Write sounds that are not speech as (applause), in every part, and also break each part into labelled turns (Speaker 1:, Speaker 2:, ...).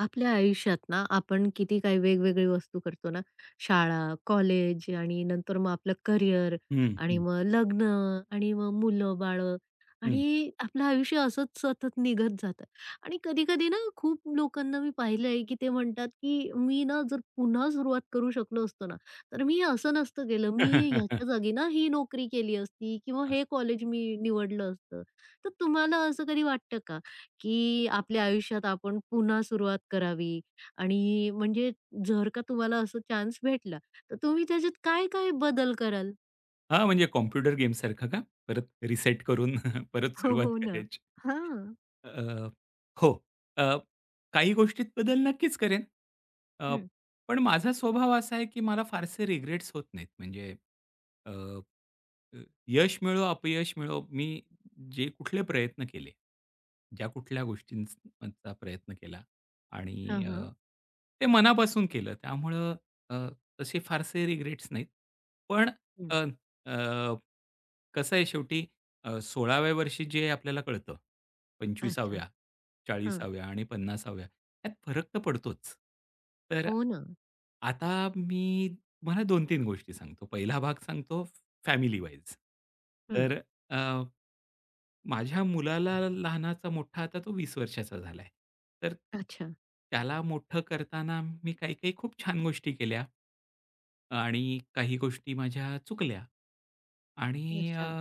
Speaker 1: आपल्या आयुष्यात ना आपण किती काही वेगवेगळी वस्तू करतो ना. शाळा, कॉलेज आणि नंतर मग आपलं करिअर.
Speaker 2: हं,
Speaker 1: आणि
Speaker 2: हं,
Speaker 1: मग लग्न. आणि मग मुलं-बाळं.
Speaker 2: हं.
Speaker 1: आणि आपलं आयुष्य असंच सतत निघत जातं. आणि कधी-कधी ना खूप लोकांना मी पाहिलंय, की ते म्हणतात, की "मी ना जर पुन्हा सुरुवात करू शकलो असतो ना, तर मी हे असं नसतं केलं. मी हे ह्याच्या
Speaker 2: (laughs)
Speaker 1: जागी ना ही नोकरी केली असती किंवा हे कॉलेज मी निवडलं असतं." तर तुम्हाला असं कधी वाटतं का? की आपल्या आयुष्यात आपण पुन्हा सुरुवात करावी आणि म्हणजे जर का तुम्हाला असं चान्स भेटला, तर तुम्ही त्याच्यात काय-काय बदल कराल?
Speaker 2: हां, म्हणजे कॉम्प्युटर गेमसारखं का? परत रिसेट करून (laughs) परत
Speaker 1: (laughs) हो,
Speaker 2: सुरुवात
Speaker 1: हो ना.
Speaker 2: करायची.
Speaker 1: हां.
Speaker 2: अ, हो. अ, काही गोष्टीत बदल नक्कीच करेन. अ,
Speaker 1: हं.
Speaker 2: पण माझा स्वभाव असा आहे, की मला फारसे रिग्रेट्स होत नाहीत. म्हणजे अ, यश मिळो, अपयश मिळो, मी जे कुठले प्रयत्न केले, ज्या कुठल्या गोष्टींचा प्रयत्न केला आणि
Speaker 1: हां, हां.
Speaker 2: ते मनापासून केलं. त्यामुळं अ, तसे फारसे रिग्रेट्स नाहीत. पण
Speaker 1: हं.
Speaker 2: अ, अ, कसं आहे शेवटी 16व्या वर्षी जे आपल्याला कळतं,
Speaker 1: अच्छा.
Speaker 2: 25व्या,
Speaker 1: हां.
Speaker 2: 40व्या आणि 50व्या यात फरक तर पडतोच. तर
Speaker 1: हो ना.
Speaker 2: आता मी तुम्हाला 2-3 गोष्टी सांगतो. पहिला भाग सांगतो फॅमिली वाईज.
Speaker 1: हं.
Speaker 2: तर अ, माझ्या मुलाला लहानाचा मोठा आता तो 20 वर्षाचा झालाय. तर
Speaker 1: अच्छा,
Speaker 2: त्याला मोठं करताना मी काही-काही खूप छान गोष्टी केल्या आणि काही गोष्टी माझ्या चुकल्या. आणि अ,
Speaker 1: अच्छा.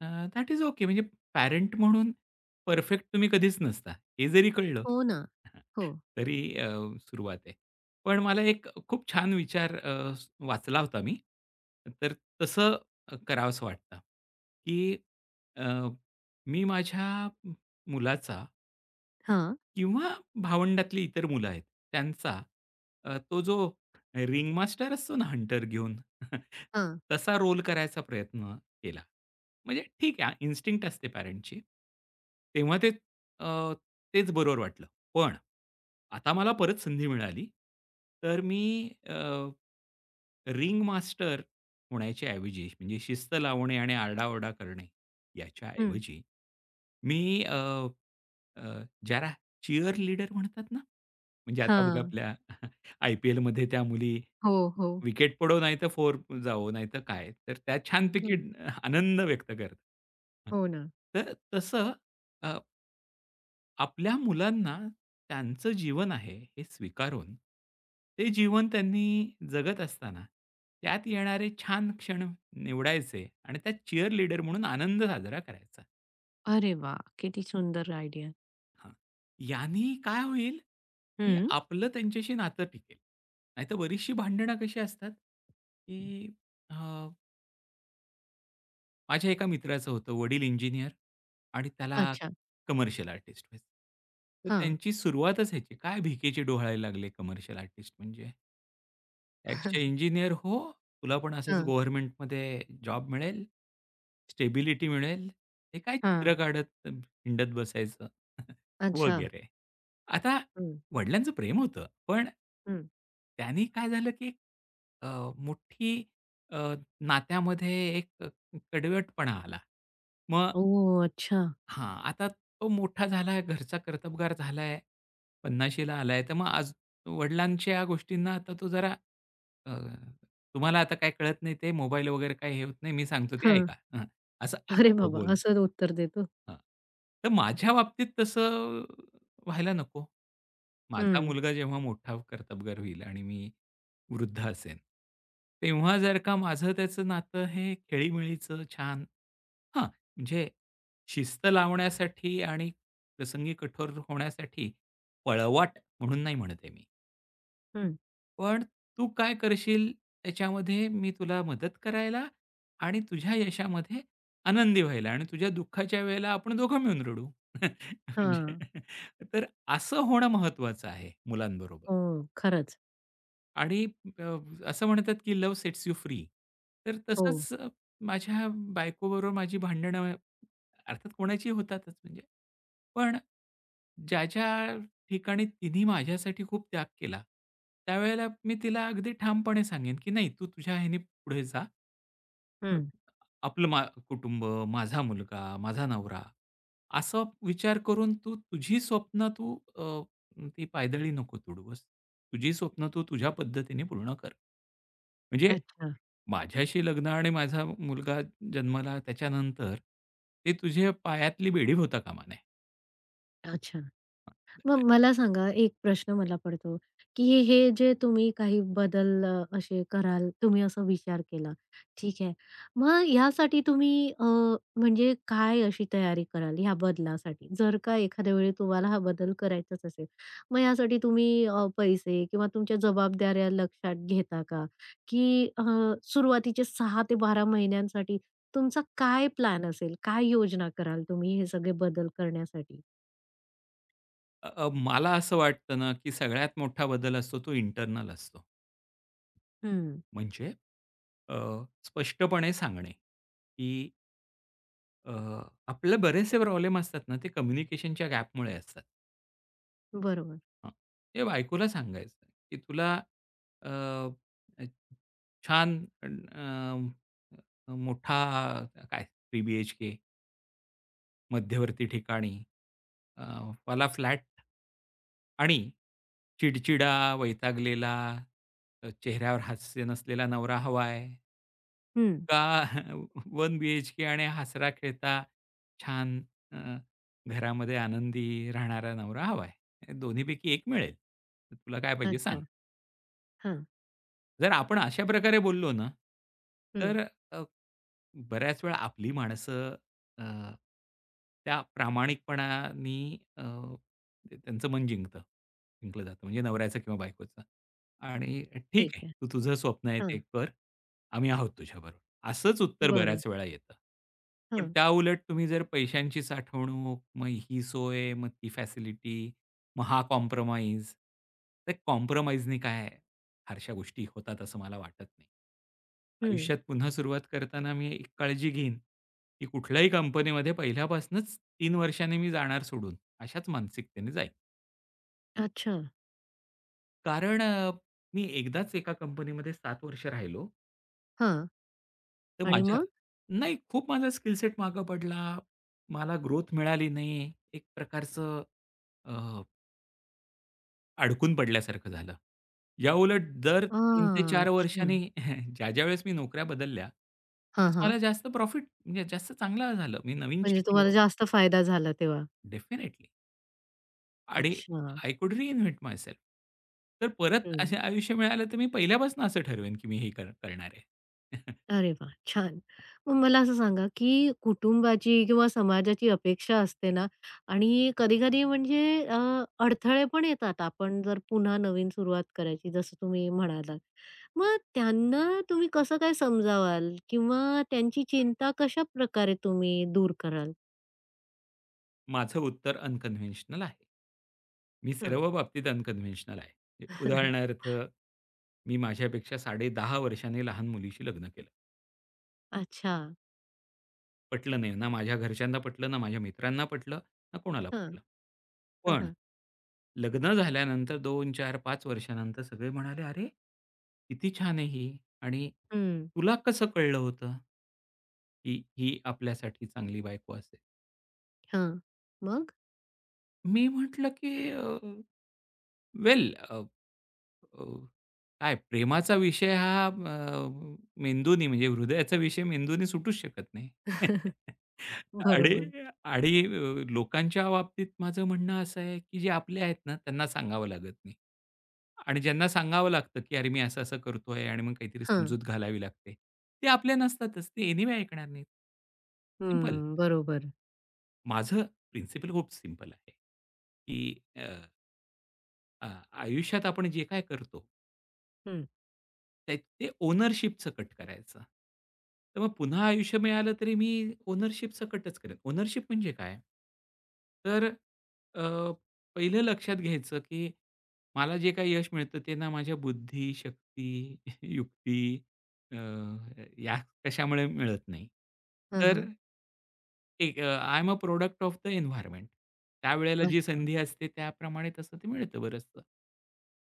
Speaker 2: Uh, that is okay. म्हणजे पॅरेंट म्हणून परफेक्ट तुम्ही कधीच नसता. हे जरी कळलं
Speaker 1: हो ना.
Speaker 2: (laughs)
Speaker 1: हो.
Speaker 2: तरी सुरुवात आहे. पण मला एक खूप छान विचार वाचला होता मी. तर तसं करावंसं वाटतं, की अ, मी माझ्या मुलाचा
Speaker 1: हां,
Speaker 2: किंवा भावंडातली इतर मुलं आहेत त्यांचा तो जो रिंग मास्टर असतो ना हंटर घेऊन (laughs)
Speaker 1: हां.
Speaker 2: तसा रोल करायचा प्रयत्न केला. म्हणजे ठीक आहे इन्स्टिंक्ट असते पॅरेंटची. तेव्हा अ, तेच बरोबर वाटलं. पण आता मला परत संधी मिळाली, तर मी रिंग मास्टर होण्याच्या ऐवजी म्हणजे शिस्त लावणे आणि आरडाओरडा करणे याच्या
Speaker 1: हं.
Speaker 2: ऐवजी मी ज्याला चिअर लीडर म्हणतात ना, म्हणजे आता बघा
Speaker 1: हां.
Speaker 2: आपल्या (laughs) आय-पी-एलमध्ये त्या मुली
Speaker 1: हो, हो.
Speaker 2: विकेट पडो, नाहीतर फोर जावो, नाहीतर काय, तर त्या छानपैकी
Speaker 1: हं.
Speaker 2: आनंद व्यक्त करतात. हं.
Speaker 1: हो ना.
Speaker 2: तर तसं अ, आपल्या मुलांना त्यांचं जीवन आहे हे स्वीकारून, ते जीवन त्यांनी जगत असताना त्यात येणारे छान क्षण निवडायचे आणि त्यात चीअरलीडर म्हणून आनंद साजरा करायचा.
Speaker 1: अरे वाह! किती सुंदर आयडिया.
Speaker 2: हां. याने काय होईल, की
Speaker 1: हं.
Speaker 2: आपलं त्यांच्याशी नातं टिकेल. नाहीतर बरीचशी भांडणं कशी असतात, की अ, माझ्या एका मित्राचं होतं वडील इंजिनिअर आणि त्याला
Speaker 1: अच्छा.
Speaker 2: कमर्शियल आर्टिस्ट व्हायचं. तर
Speaker 1: हां.
Speaker 2: त्यांची सुरुवातच ह्याची, काय भिकेचे डोहाळे लागले कमर्शियल आर्टिस्ट म्हणजे?
Speaker 1: (laughs)
Speaker 2: "एक्स-चे हो, तुला पण असंच
Speaker 1: हां.
Speaker 2: गव्हर्नमेंटमध्ये जॉब मिळेल, स्टेबिलिटी मिळेल. हे काय
Speaker 1: हां.
Speaker 2: चित्र काढत हिंडत बसायचं." (laughs)
Speaker 1: अच्छा.
Speaker 2: वगैरे. आता
Speaker 1: हं,
Speaker 2: वडिलांचं प्रेम होतं, पण
Speaker 1: हं.
Speaker 2: त्यांनी काय झालं, की एक, अ, मोठी अ, नात्यामध्ये एक कडवटपणा आला. मग
Speaker 1: ओह! अच्छा.
Speaker 2: हां, आता तो मोठा झालाय, घरचा कर्तबगार झालाय, 50शी ला आलाय, तर मग आज वडिलांच्या या गोष्टींना आता तो जरा अ, तुम्हाला आता काय कळत नाही ते मोबाईल वगैरे काही हे होत नाही, मी सांगतो ते
Speaker 1: हां.
Speaker 2: ऐका. हं, असं आता
Speaker 1: अरे
Speaker 2: तो
Speaker 1: बाबा!
Speaker 2: बोलतो.
Speaker 1: असं उत्तर देतो?
Speaker 2: हां, तर माझ्या बाबतीत तसं व्हायला नको. माझा
Speaker 1: हं,
Speaker 2: मुलगा जेव्हा मोठा कर्तबगार होईल आणि मी वृद्ध असेन, तेव्हा जर का माझं त्याचं नातं हे खेळीमेळीचं छान हां, म्हणजे शिस्त लावण्यासाठी आणि प्रसंगी कठोर होण्यासाठी पळवाट म्हणून नाही म्हणत आहे मी.
Speaker 1: हं.
Speaker 2: पण तू काय करशील त्याच्यामध्ये मी तुला मदत करायला आणि तुझ्या यशामध्ये आनंदी व्हायला आणि तुझ्या दुःखाच्या वेळेला आपण दोघं मिळून रडू. (laughs)
Speaker 1: हां.
Speaker 2: म्हणजे तर असं होणं महत्त्वाचं आहे मुलांबरोबर.
Speaker 1: हो, खरंच.
Speaker 2: आणि अ, असं म्हणतात की लव्ह सेट्स यू फ्री. तर
Speaker 1: हो.
Speaker 2: तसंच माझ्या बायकोबरोबर माझी भांडणं अर्थात कोणाची होतातच म्हणजे. पण ज्या ठिकाणी तिने माझ्यासाठी खूप त्याग केला, त्यावेळेला मी तिला अगदी ठामपणे सांगेन, की "नाही, तू तुझ्या ह्याने पुढे जा.
Speaker 1: हं.
Speaker 2: आपलं मा कुटुंब, माझा मुलगा, माझा नवरा, असा विचार करून तू तुझी स्वप्न ती पायदळी नको तुडू बस. तुझी स्वप्न तू तुझ्या पद्धतीने पूर्ण कर. म्हणजे
Speaker 1: अच्छा,
Speaker 2: माझ्याशी लग्न आणि माझा मुलगा जन्माला त्याच्यानंतर ते तुझे पायातली बेडी होता कामा नये.
Speaker 1: अच्छा. मग मला सांगा, एक प्रश्न मला पडतो, की हे हे जे तुम्ही काही बदल असे कराल, तुम्ही असा विचार केला, ठीक आहे. मग ह्यासाठी तुम्ही म्हणजे काय अशी तयारी कराल ह्या बदलासाठी? जर का एखाद्या वेळी तुम्हाला हा बदल करायचाच असेल, मग यासाठी तुम्ही पैसे किंवा तुमच्या जबाबदाऱ्या लक्षात घेता का? की सुरुवातीचे 6 ते 12 महिन्यांसाठी तुमचा काय प्लॅन असेल? काय योजना कराल तुम्ही हे सगळे बदल करण्यासाठी?
Speaker 2: अ, अ, मला असं वाटतं ना, की सगळ्यात मोठा बदल असतो तो इंटर्नल असतो.
Speaker 1: हं.
Speaker 2: म्हणजे अ, स्पष्टपणे सांगणे, की अ, आपले बरेचसे प्रॉब्लेम असतात ना, ते कम्युनिकेशनच्या गॅपमुळे असतात.
Speaker 1: बरोबर.
Speaker 2: हां, ते बायकोला सांगायचं, की तुला अ, अ, छान अ, अ, मोठा काय 3 बी-एच-के मध्यवर्ती ठिकाणी अ, वाला फ्लॅट आणि चिडचिडा, वैतागलेला, चेहऱ्यावर हास्य नसलेला नवरा हवाय
Speaker 1: हं.
Speaker 2: का (laughs) 1 बी-एच-के आणि हसरा-खेळता छान अ, घरामध्ये आनंदी राहणारा नवरा हवा आहे. दोन्हीपैकी एक मिळेल. तर तुला काय पाहिजे
Speaker 1: अच्छा.
Speaker 2: सांग.
Speaker 1: हां.
Speaker 2: जर आपण अशा प्रकारे बोललो ना,
Speaker 1: हं.
Speaker 2: तर बऱ्याच वेळा आपली माणसं अ, त्या प्रामाणिकपणाने अ, ते त्यांचं मन जिंकलं जातं. म्हणजे नवऱ्याचं किंवा बायकोचं आणि "ठीक
Speaker 1: ठीक
Speaker 2: आहे,
Speaker 1: आहे.
Speaker 2: तू तुझं स्वप्न आहे
Speaker 1: हां.
Speaker 2: ते कर. आम्ही आहोत तुझ्याबरोबर." असंच उत्तर
Speaker 1: बरं.
Speaker 2: बऱ्याच वेळा येतं. पण
Speaker 1: हां.
Speaker 2: त्याउलट तुम्ही जर पैशांची साठवणूक, मग ही सोय, मग ती फॅसिलिटी, मग हा कॉम्प्रोमाईज. तर कॉम्प्रोमाईजनी काय फारशा गोष्टी होतात असं मला वाटत नाही.
Speaker 1: हं.
Speaker 2: आयुष्यात पुन्हा सुरुवात करताना मी एक काळजी घेईन, की कुठल्याही कंपनीमध्ये पहिल्यापासूनच 3 वर्षांनी मी जाणार सोडून, अशाच मानसिकतेने जाईन.
Speaker 1: अच्छा.
Speaker 2: कारण मी एकदाच एका कंपनीमध्ये 7 वर्ष राहिलो.
Speaker 1: हां.
Speaker 2: तर
Speaker 1: आणि
Speaker 2: माझ्या
Speaker 1: मग?
Speaker 2: नाही, खूप माझा स्किल सेट मागं पडला. मला ग्रोथ मिळाली नाही. एक प्रकारचं अडकून पडल्यासारखं झालं. याउलट दर 3 ते
Speaker 1: हां.
Speaker 2: 4
Speaker 1: अच्छा.
Speaker 2: वर्षांनी (laughs) ज्या-ज्या वेळेस मी नोकऱ्या बदलल्या,
Speaker 1: हां,
Speaker 2: त्यावेळेस
Speaker 1: हां.
Speaker 2: मला जास्त प्रॉफिट म्हणजे जास्त चांगलं झालं. मी नवीन
Speaker 1: म्हणजे तुम्हाला
Speaker 2: शिकलो
Speaker 1: जास्त फायदा झाला तेव्हा.
Speaker 2: डेफिनेटली आणि
Speaker 1: अच्छा.
Speaker 2: I could reinvent myself. तर परत असे
Speaker 1: हं.
Speaker 2: आयुष्य मिळालं तर मी पहिल्यापासून असं ठरवेन, की मी हे करणार आहे. (laughs)
Speaker 1: अरे वाह! छान. मग मला असं सांगा, की कुटुंबाची किंवा समाजाची अपेक्षा असते ना आणि कधी-कधी म्हणजे अडथळे पण येतात. आपण जर पुन्हा नवीन सुरुवात करायची जसं तुम्ही म्हणालात. मग त्यांना तुम्ही कसं काय समजावाल किंवा त्यांची चिंता कशाप्रकारे तुम्ही दूर कराल?
Speaker 2: माझं उत्तर अनकन्व्हेन्शनल आहे. मी
Speaker 1: हं.
Speaker 2: सर्व बाबतीत अनकन्व्हेन्शनल आहे. म्हणजे
Speaker 1: (laughs)
Speaker 2: उदाहरणार्थ, मी माझ्यापेक्षा 10.5 वर्षांनी लहान मुलीशी लग्न केलं.
Speaker 1: अच्छा.
Speaker 2: पटलं नाही. ना माझ्या घरच्यांना पटलं, ना माझ्या मित्रांना पटलं, ना कोणाला
Speaker 1: हं.
Speaker 2: पटलं.
Speaker 1: हां,
Speaker 2: पण
Speaker 1: हां.
Speaker 2: लग्न झाल्यानंतर 2, 4, 5 वर्षानंतर सगळे म्हणाले, "अरे, किती छान आहे ही आणि
Speaker 1: हं.
Speaker 2: तुला कसं कळलं होतं, की ही आपल्यासाठी चांगली बायको असेल?"
Speaker 1: हां. मग?
Speaker 2: मी म्हटलं, की वेल अ, काय प्रेमाचा विषय हा मेंदूनी म्हणजे हृदयाचा विषय मेंदूनी सुटूच शकत नाही.
Speaker 1: (laughs)
Speaker 2: (laughs) आणि
Speaker 1: बरोबर.
Speaker 2: आणि अ, लोकांच्या बाबतीत माझं म्हणणं असं आहे, की जे आपले आहेत ना, त्यांना सांगावं लागत नाही. आणि ज्यांना सांगावं लागतं, की "अरे, मी असं-असं करतोय" आणि मग काहीतरी
Speaker 1: हां.
Speaker 2: समजूत घालावी लागते. ते आपले नसतातच. ते एनिवे ऐकणार नाहीत. सिंपल.
Speaker 1: हं. बरोबर.
Speaker 2: माझं प्रिन्सिपल खूप सिंपल आहे, की अ, अ, आयुष्यात आपण जे काय करतो
Speaker 1: हं.
Speaker 2: त्या ते ओनरशिपचं कट करायचं. तर मग पुन्हा आयुष्य मिळालं तरी मी ओनरशिपचं कटच करेन. ओनरशिप म्हणजे काय? तर अ, पहिलं लक्षात घ्यायचं, की मला जे काही यश मिळतं ते ना माझ्या बुद्धी, शक्ती, (laughs) युक्ती अ, या कशामुळे मिळत नाही.
Speaker 1: हं,
Speaker 2: तर
Speaker 1: हं.
Speaker 2: एक I am a product of the environment. त्यावेळेला जी
Speaker 1: अच्छा.
Speaker 2: संधी असते त्याप्रमाणे तसं ते मिळतं बरचसं.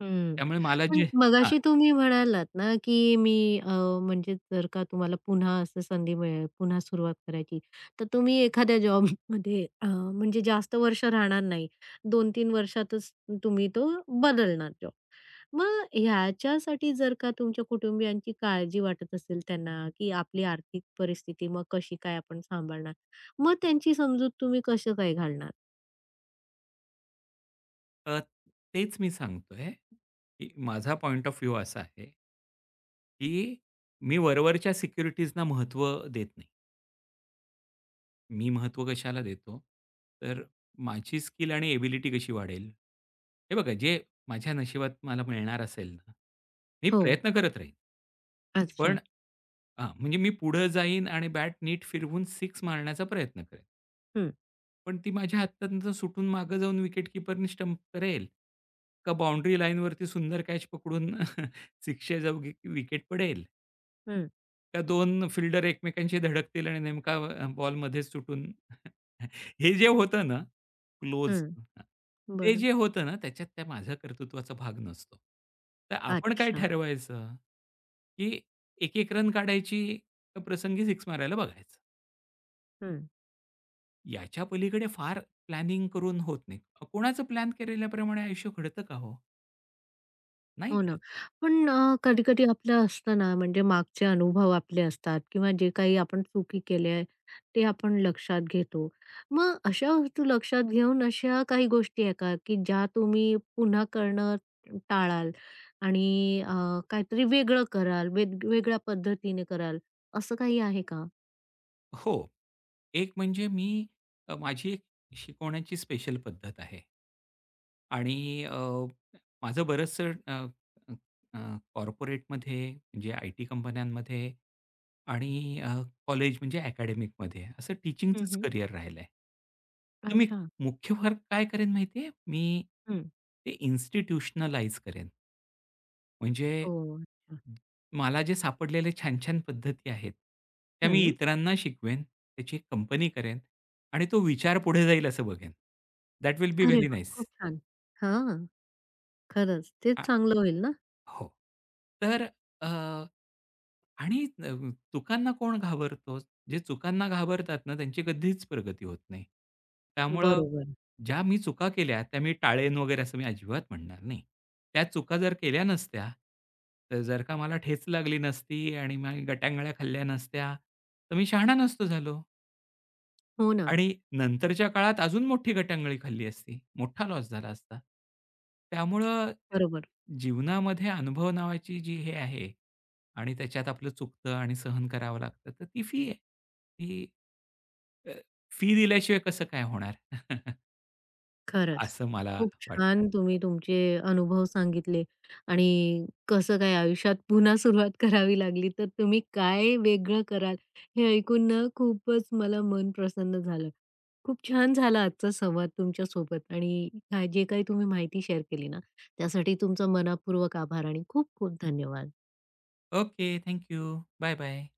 Speaker 1: हं.
Speaker 2: त्यामुळे मला
Speaker 1: पण
Speaker 2: जे
Speaker 1: मगाशी तुम्ही म्हणालात ना, की मी म्हणजे जर का तुम्हाला पुन्हा असं संधी मिळेल, पुन्हा सुरुवात करायची, तर तुम्ही एखाद्या जॉबमध्ये (laughs) म्हणजे जास्त वर्ष राहणार नाही. 2-3 वर्षातच तुम्ही तो बदलणार जॉब. मग ह्याच्यासाठी जर का तुमच्या कुटुंबियांची काळजी वाटत असेल त्यांना, की आपली आर्थिक परिस्थिती मग कशी काय आपण सांभाळणार? मग त्यांची समजूत तुम्ही कसं काय घालणार?
Speaker 2: अ, तेच मी सांगतोय, की माझा पॉइंट ऑफ व्ह्यू असा आहे, की मी वरवरच्या सिक्युरिटीजना महत्त्व देत नाही. मी महत्त्व कशाला देतो? तर माझी स्किल आणि एबिलिटी कशी वाढेल? हे बघा, जे माझ्या नशिबात मला मिळणार असेल ना, मी
Speaker 1: हो.
Speaker 2: प्रयत्न करत राहीन. पण
Speaker 1: अच्छा.
Speaker 2: हां, म्हणजे मी पुढं जाईन आणि बॅट नीट फिरवून सिक्स मारण्याचा प्रयत्न करेन.
Speaker 1: हं,
Speaker 2: पण ती माझ्या हातातनं सुटून मागे जाऊन विकेटकीपरनी स्टंप करेल, का बाउंडरी लाईनवरती सुंदर कॅच पकडून (laughs) शिक्षेजोगी विकेट पडेल,
Speaker 1: हं,
Speaker 2: का दोन फिल्डर एकमेकांशी धडकतील आणि नेमका बॉल मध्येच सुटून (laughs) हे जे होतं ना क्लोज
Speaker 1: हं.
Speaker 2: ते
Speaker 1: बरं.
Speaker 2: जे होतं ना त्याच्यात त्या माझ्या कर्तृत्वाचा भाग नसतो. तर आपण काय
Speaker 1: अच्छा.
Speaker 2: ठरवायचं, की एक-एक रन काढायची, का प्रसंगी सिक्स मारायला बघायचं?
Speaker 1: हं.
Speaker 2: याच्या पलीकडे फार प्लॅनिंग करून होत नाही. कोणाचं प्लॅन केलेल्याप्रमाणे आयुष्य घडतं का हो? नाही
Speaker 1: हो ना.
Speaker 2: घडत.
Speaker 1: पण कधी-कधी आपलं असतं ना, म्हणजे मागचे अनुभव आपले असतात किंवा जे काही आपण चुकी केल्या आहे, ते आपण लक्षात घेतो. मग अशा वस्तू लक्षात घेऊन अशा काही गोष्टी आहे का, की ज्या तुम्ही पुन्हा करणं टाळाल आणि काहीतरी वेगळं कराल, वेग वेगळ्या पद्धतीने कराल, असं काही आहे का?
Speaker 2: हो. एक म्हणजे मी माझी एक शिकवण्याची स्पेशल पद्धत आहे. आणि माझं बरचसं अ, अ, अ, कॉर्पोरेटमध्ये म्हणजे आय-टी कंपन्यांमध्ये आणि कॉलेज म्हणजे अकॅडमिकमध्ये असं टीचिंगचंच
Speaker 1: हं,
Speaker 2: करियर राहिलंय. तर मी
Speaker 1: अच्छा.
Speaker 2: मुख्य फरक काय करेन माहिती आहे? मी
Speaker 1: हं.
Speaker 2: ते इन्स्टिट्यूशनलाईज करेन. म्हणजे
Speaker 1: हो, अच्छा.
Speaker 2: मला जे सापडलेले छान-छान पद्धती आहेत, त्या मी
Speaker 1: हं.
Speaker 2: इतरांना शिकवेन, त्याची एक कंपनी करेन आणि तो विचार पुढे जाईल असं बघेन. दॅट विल बी
Speaker 1: अरे
Speaker 2: व्हेरी
Speaker 1: वाह!
Speaker 2: नाईस.
Speaker 1: खूप छान. हां, खरंच. तेच चांगलं होईल ना?
Speaker 2: हो. तर आणि चुकांना कोण घाबरतो? जे चुकांना घाबरतात ना, त्यांची कधीच प्रगती होत नाही. त्यामुळं
Speaker 1: बरोबर.
Speaker 2: ज्या मी चुका केल्या, त्या मी टाळेन वगैरे असं मी अजिबात म्हणणार नाही. त्या चुका जर केल्या नसत्या, तर जर का मला ठेच लागली नसती आणि मी गटांगळ्या खाल्ल्या नसत्या, तर मी शहाणा नसतो झालो.
Speaker 1: हो ना.
Speaker 2: आणि नंतरच्या काळात अजून मोठी गटांगळी खाल्ली असती, मोठा लॉस झाला असता. त्यामुळं
Speaker 1: बरोबर.
Speaker 2: जीवनामध्ये अनुभव नावाची जी हे आहे आणि त्याच्यात आपलं चुकतं आणि सहन करावं लागतं, तर ती फी आहे. ती अ, फी दिल्याशिवाय कसं काय होणार? (laughs)
Speaker 1: खरंच.
Speaker 2: असं मला
Speaker 1: खूप
Speaker 2: वाटतं.
Speaker 1: छान तुम्ही तुमचे अनुभव सांगितले आणि कसं काय आयुष्यात पुन्हा सुरुवात (laughs) करावी लागली, तर तुम्ही काय वेगळं कराल हे ऐकून ना खूपच मला मन प्रसन्न झालं. खूप छान झाला आजचा संवाद तुमच्या सोबत आणि हा जे काही तुम्ही माहिती शेअर केली ना, त्यासाठी तुमचा मनःपूर्वक आभार आणि खूप खूप धन्यवाद.
Speaker 2: ओके. Thank you. बाय-बाय.